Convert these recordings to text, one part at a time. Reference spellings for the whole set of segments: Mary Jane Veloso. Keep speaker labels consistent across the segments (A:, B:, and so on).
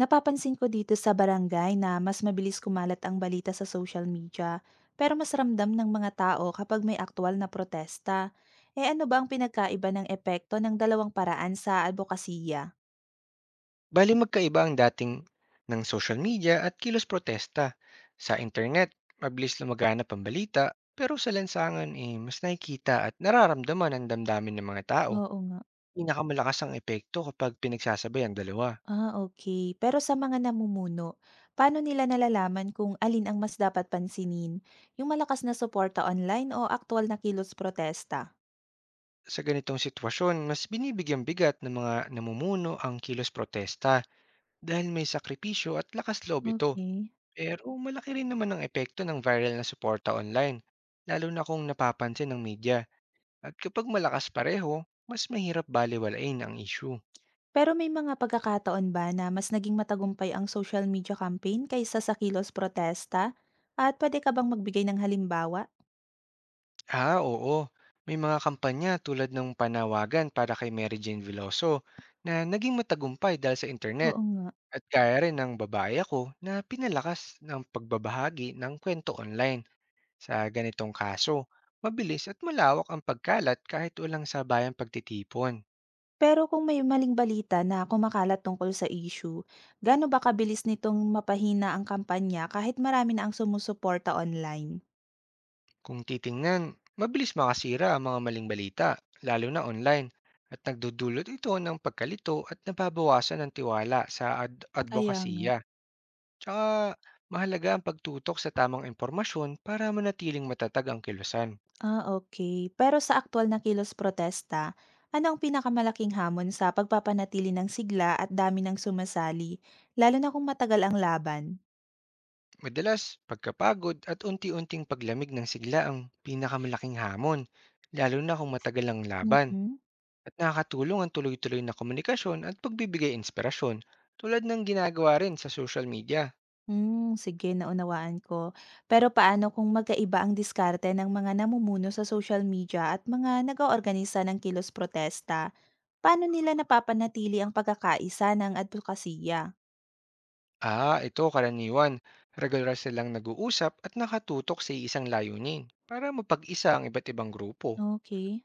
A: Napapansin ko dito sa barangay na mas mabilis kumalat ang balita sa social media, pero mas ramdam ng mga tao kapag may aktual na protesta. Eh ano ba ang pinagkaiba ng epekto ng dalawang paraan sa advokasya?
B: Bali magkaiba ang dating ng social media at kilos protesta. Sa internet, mabilis lumaganap ang balita, pero sa lansangan eh, mas nakikita at nararamdaman ang damdamin ng mga tao.
A: Oo nga.
B: Pinakamalakas ang epekto kapag pinagsasabay ang dalawa.
A: Ah, okay. Pero sa mga namumuno, paano nila nalalaman kung alin ang mas dapat pansinin? Yung malakas na suporta online o aktual na kilos protesta?
B: Sa ganitong sitwasyon, mas binibigyang bigat ng mga namumuno ang kilos protesta dahil may sakripisyo at lakas loob ito.
A: Okay.
B: Pero malaki rin naman ang epekto ng viral na suporta online, lalo na kung napapansin ng media. At kapag malakas pareho, mas mahirap balewalain ang issue.
A: Pero may mga pagkakataon ba na mas naging matagumpay ang social media campaign kaysa sa kilos protesta? At puwede ka bang magbigay ng halimbawa?
B: Ah, oo. May mga kampanya tulad ng panawagan para kay Mary Jane Veloso na naging matagumpay dahil sa internet,
A: Oo nga.
B: at kaya rin ng babae ako na pinalakas ng pagbabahagi ng kwento online. Sa ganitong kaso, mabilis at malawak ang pagkalat kahit walang sabayang pagtitipon.
A: Pero kung may maling balita na kumakalat tungkol sa issue, gaano ba kabilis nitong mapahina ang kampanya kahit marami na ang sumusuporta online?
B: Kung titingnan, mabilis makasira ang mga maling balita, lalo na online, at nagdudulot ito ng pagkalito at nababawasan ng tiwala sa
A: Kaya nga.
B: advokasya. Tsaka mahalaga ang pagtutok sa tamang impormasyon para manatiling matatag ang kilusan.
A: Ah, okay. Pero sa aktuwal na kilos protesta, ano ang pinakamalaking hamon sa pagpapanatili ng sigla at dami ng sumasali, lalo na kung matagal ang laban?
B: Madalas, pagkapagod at unti-unting paglamig ng sigla ang pinakamalaking hamon, lalo na kung matagal ang laban.
A: Mm.
B: At nakakatulong ang tuloy-tuloy na komunikasyon at pagbibigay inspirasyon tulad ng ginagawa rin sa social media.
A: Hmm, sige, naunawaan ko. Pero paano kung magkaiba ang diskarte ng mga namumuno sa social media at mga nag-oorganisa ng kilos protesta? Paano nila napapanatili ang pagkakaisa ng advokasya?
B: Ah, ito karaniwan. Regular silang nag-uusap at nakatutok sa isang layunin para mapag-isa ang iba't ibang grupo.
A: Okay.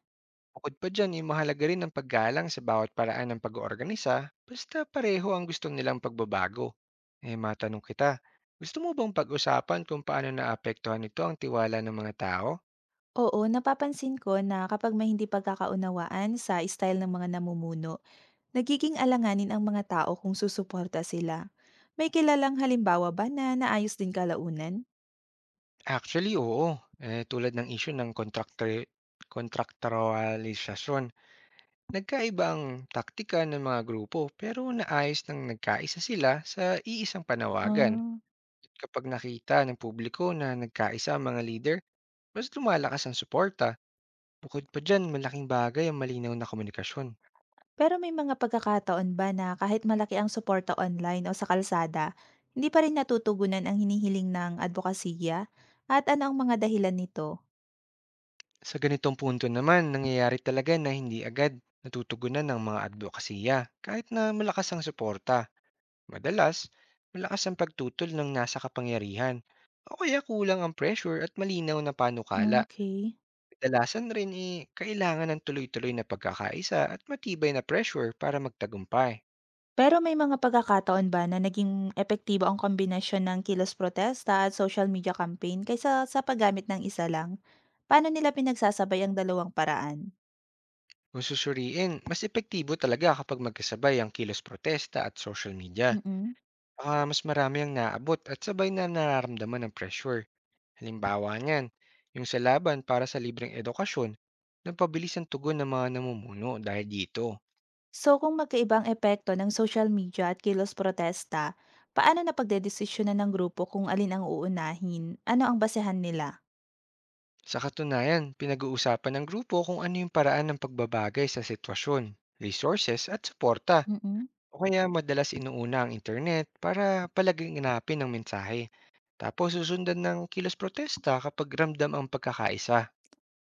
B: Bukod pa dyan, eh, mahalaga rin ang paggalang sa bawat paraan ng pag-oorganisa basta pareho ang gusto nilang pagbabago. Eh matanong kita, gusto mo bang pag-usapan kung paano naapektuhan nito ang tiwala ng mga tao?
A: Oo, napapansin ko na kapag may hindi pagkakaunawaan sa style ng mga namumuno, nagiging alanganin ang mga tao kung susuporta sila. May kilalang halimbawa ba na naayos din kalaunan?
B: Actually, oo. Eh, tulad ng issue ng contractualisasyon. Nagkaibang taktika ng mga grupo pero naayos ng nagkaisa sila sa iisang panawagan.
A: Ah.
B: Kapag nakita ng publiko na nagkaisa ang mga leader, mas lumalakas ang suporta. Bukod pa dyan, malaking bagay ang malinaw na komunikasyon.
A: Pero may mga pagkakataon ba na kahit malaki ang suporta online o sa kalsada, hindi pa rin natutugunan ang hinihiling ng adbokasiya? At ano ang mga dahilan nito?
B: Sa ganitong punto naman, nangyayari talaga na hindi agad natutugunan ng mga advokasya kahit na malakas ang suporta. Madalas, malakas ang pagtutol ng nasa kapangyarihan o kaya kulang ang pressure at malinaw na panukala.
A: Okay.
B: Dalasan rin eh, kailangan ng tuloy-tuloy na pagkakaisa at matibay na pressure para magtagumpay.
A: Pero may mga pagkakataon ba na naging epektibo ang kombinasyon ng kilos protesta at social media campaign kaysa sa paggamit ng isa lang? Paano nila pinagsasabay ang dalawang paraan?
B: Kung susuriin, mas epektibo talaga kapag magkasabay ang kilos protesta at social media.
A: Mm.
B: Baka mas marami ang naabot at sabay na nararamdaman ng pressure. Halimbawa niyan, yung sa laban para sa libreng edukasyon, nagpabilis ang tugon ng mga namumuno dahil dito.
A: So kung magkaibang epekto ng social media at kilos protesta, paano na napagdedesisyonan ng grupo kung alin ang uunahin? Ano ang basehan nila?
B: Sa katunayan, pinag-uusapan ng grupo kung ano yung paraan ng pagbabagay sa sitwasyon, resources at suporta.
A: Mm.
B: O kaya madalas inuuna ang internet para palaganapin ng mensahe. Tapos susundan ng kilos protesta kapag ramdam ang pagkakaisa.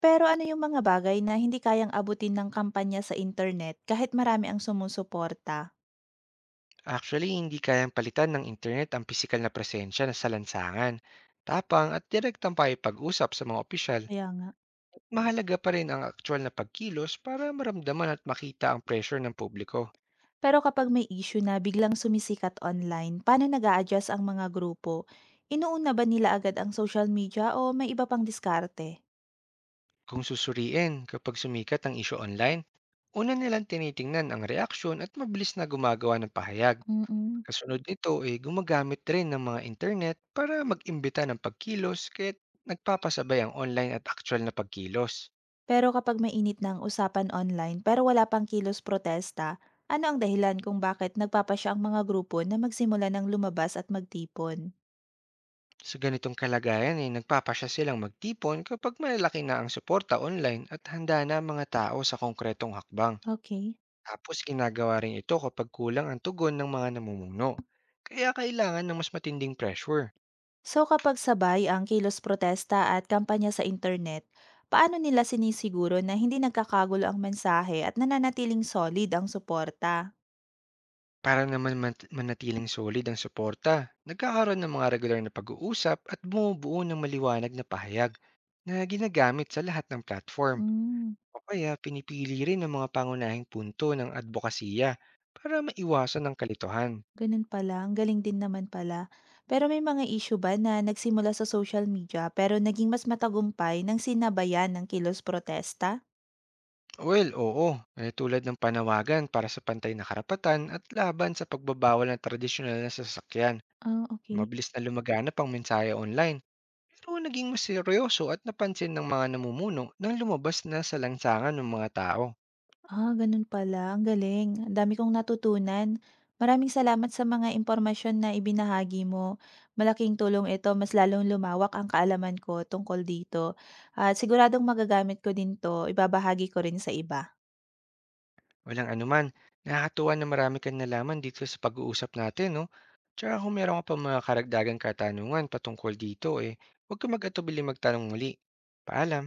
A: Pero ano yung mga bagay na hindi kayang abutin ng kampanya sa internet kahit marami ang sumusuporta?
B: Actually, hindi kayang palitan ng internet ang pisikal na presensya na sa lansangan. Tapang at direktang pakipag-usap sa mga opisyal,
A: Kaya nga.
B: mahalaga pa rin ang aktual na pagkilos para maramdaman at makita ang pressure ng publiko.
A: Pero kapag may issue na biglang sumisikat online, paano nag adjust ang mga grupo? Inuuna ba nila agad ang social media o may iba pang diskarte?
B: Kung susuriin kapag sumikat ang isyo online, una nilang tinitingnan ang reaksyon at mabilis na gumagawa ng pahayag.
A: Mm.
B: Kasunod nito ay gumagamit rin ng mga internet para mag-imbita ng pagkilos, kaya't nagpapasabay ang online at actual na pagkilos.
A: Pero kapag mainit na ang usapan online pero wala pang kilos protesta, ano ang dahilan kung bakit nagpapasya ang mga grupo na magsimula ng lumabas at magtipon?
B: Sa ganitong kalagayan ay nagpapasya silang magtipon kapag malalaki na ang suporta online at handa na ang mga tao sa konkretong hakbang.
A: Okay.
B: Tapos ginagawa rin ito kapag kulang ang tugon ng mga namumuno. Kaya kailangan ng mas matinding pressure.
A: So kapag sabay ang kilos protesta at kampanya sa internet, paano nila sinisiguro na hindi nagkakagulo ang mensahe at nananatiling solid ang suporta?
B: Para naman manatiling solid ang suporta, nagkakaroon ng mga regular na pag-uusap at bumubuo ng maliwanag na pahayag na ginagamit sa lahat ng platform.
A: Hmm,
B: O kaya pinipili rin ng mga pangunahing punto ng advokasya para maiwasan ang kalituhan.
A: ganun pala. Ang galing din naman pala. Pero may mga issue ba na nagsimula sa social media pero naging mas matagumpay nang sinabayan ng kilos protesta?
B: Well, oo, eh, tulad ng panawagan para sa pantay na karapatan at laban sa pagbabawal ng tradisyonal na sasakyan.
A: Ah, okay.
B: Mabilis na lumaganap ang mensahe online. Pero naging mas seryoso at napansin ng mga namumuno nang lumabas na sa lansangan ng mga tao.
A: Ah, gano'n pala, ang galing. Ang dami kong natutunan. Maraming salamat sa mga impormasyon na ibinahagi mo. Malaking tulong ito, mas lalong lumawak ang kaalaman ko tungkol dito at siguradong magagamit ko din 'to, ibabahagi ko rin sa iba.
B: Walang anuman, nakakatuwa na marami kang nalaman dito sa pag-uusap natin, no? Tsaka kung meron ka pa mga karagdagang katanungan patungkol dito, eh, huwag ka mag-atubili magtanong muli. Paalam!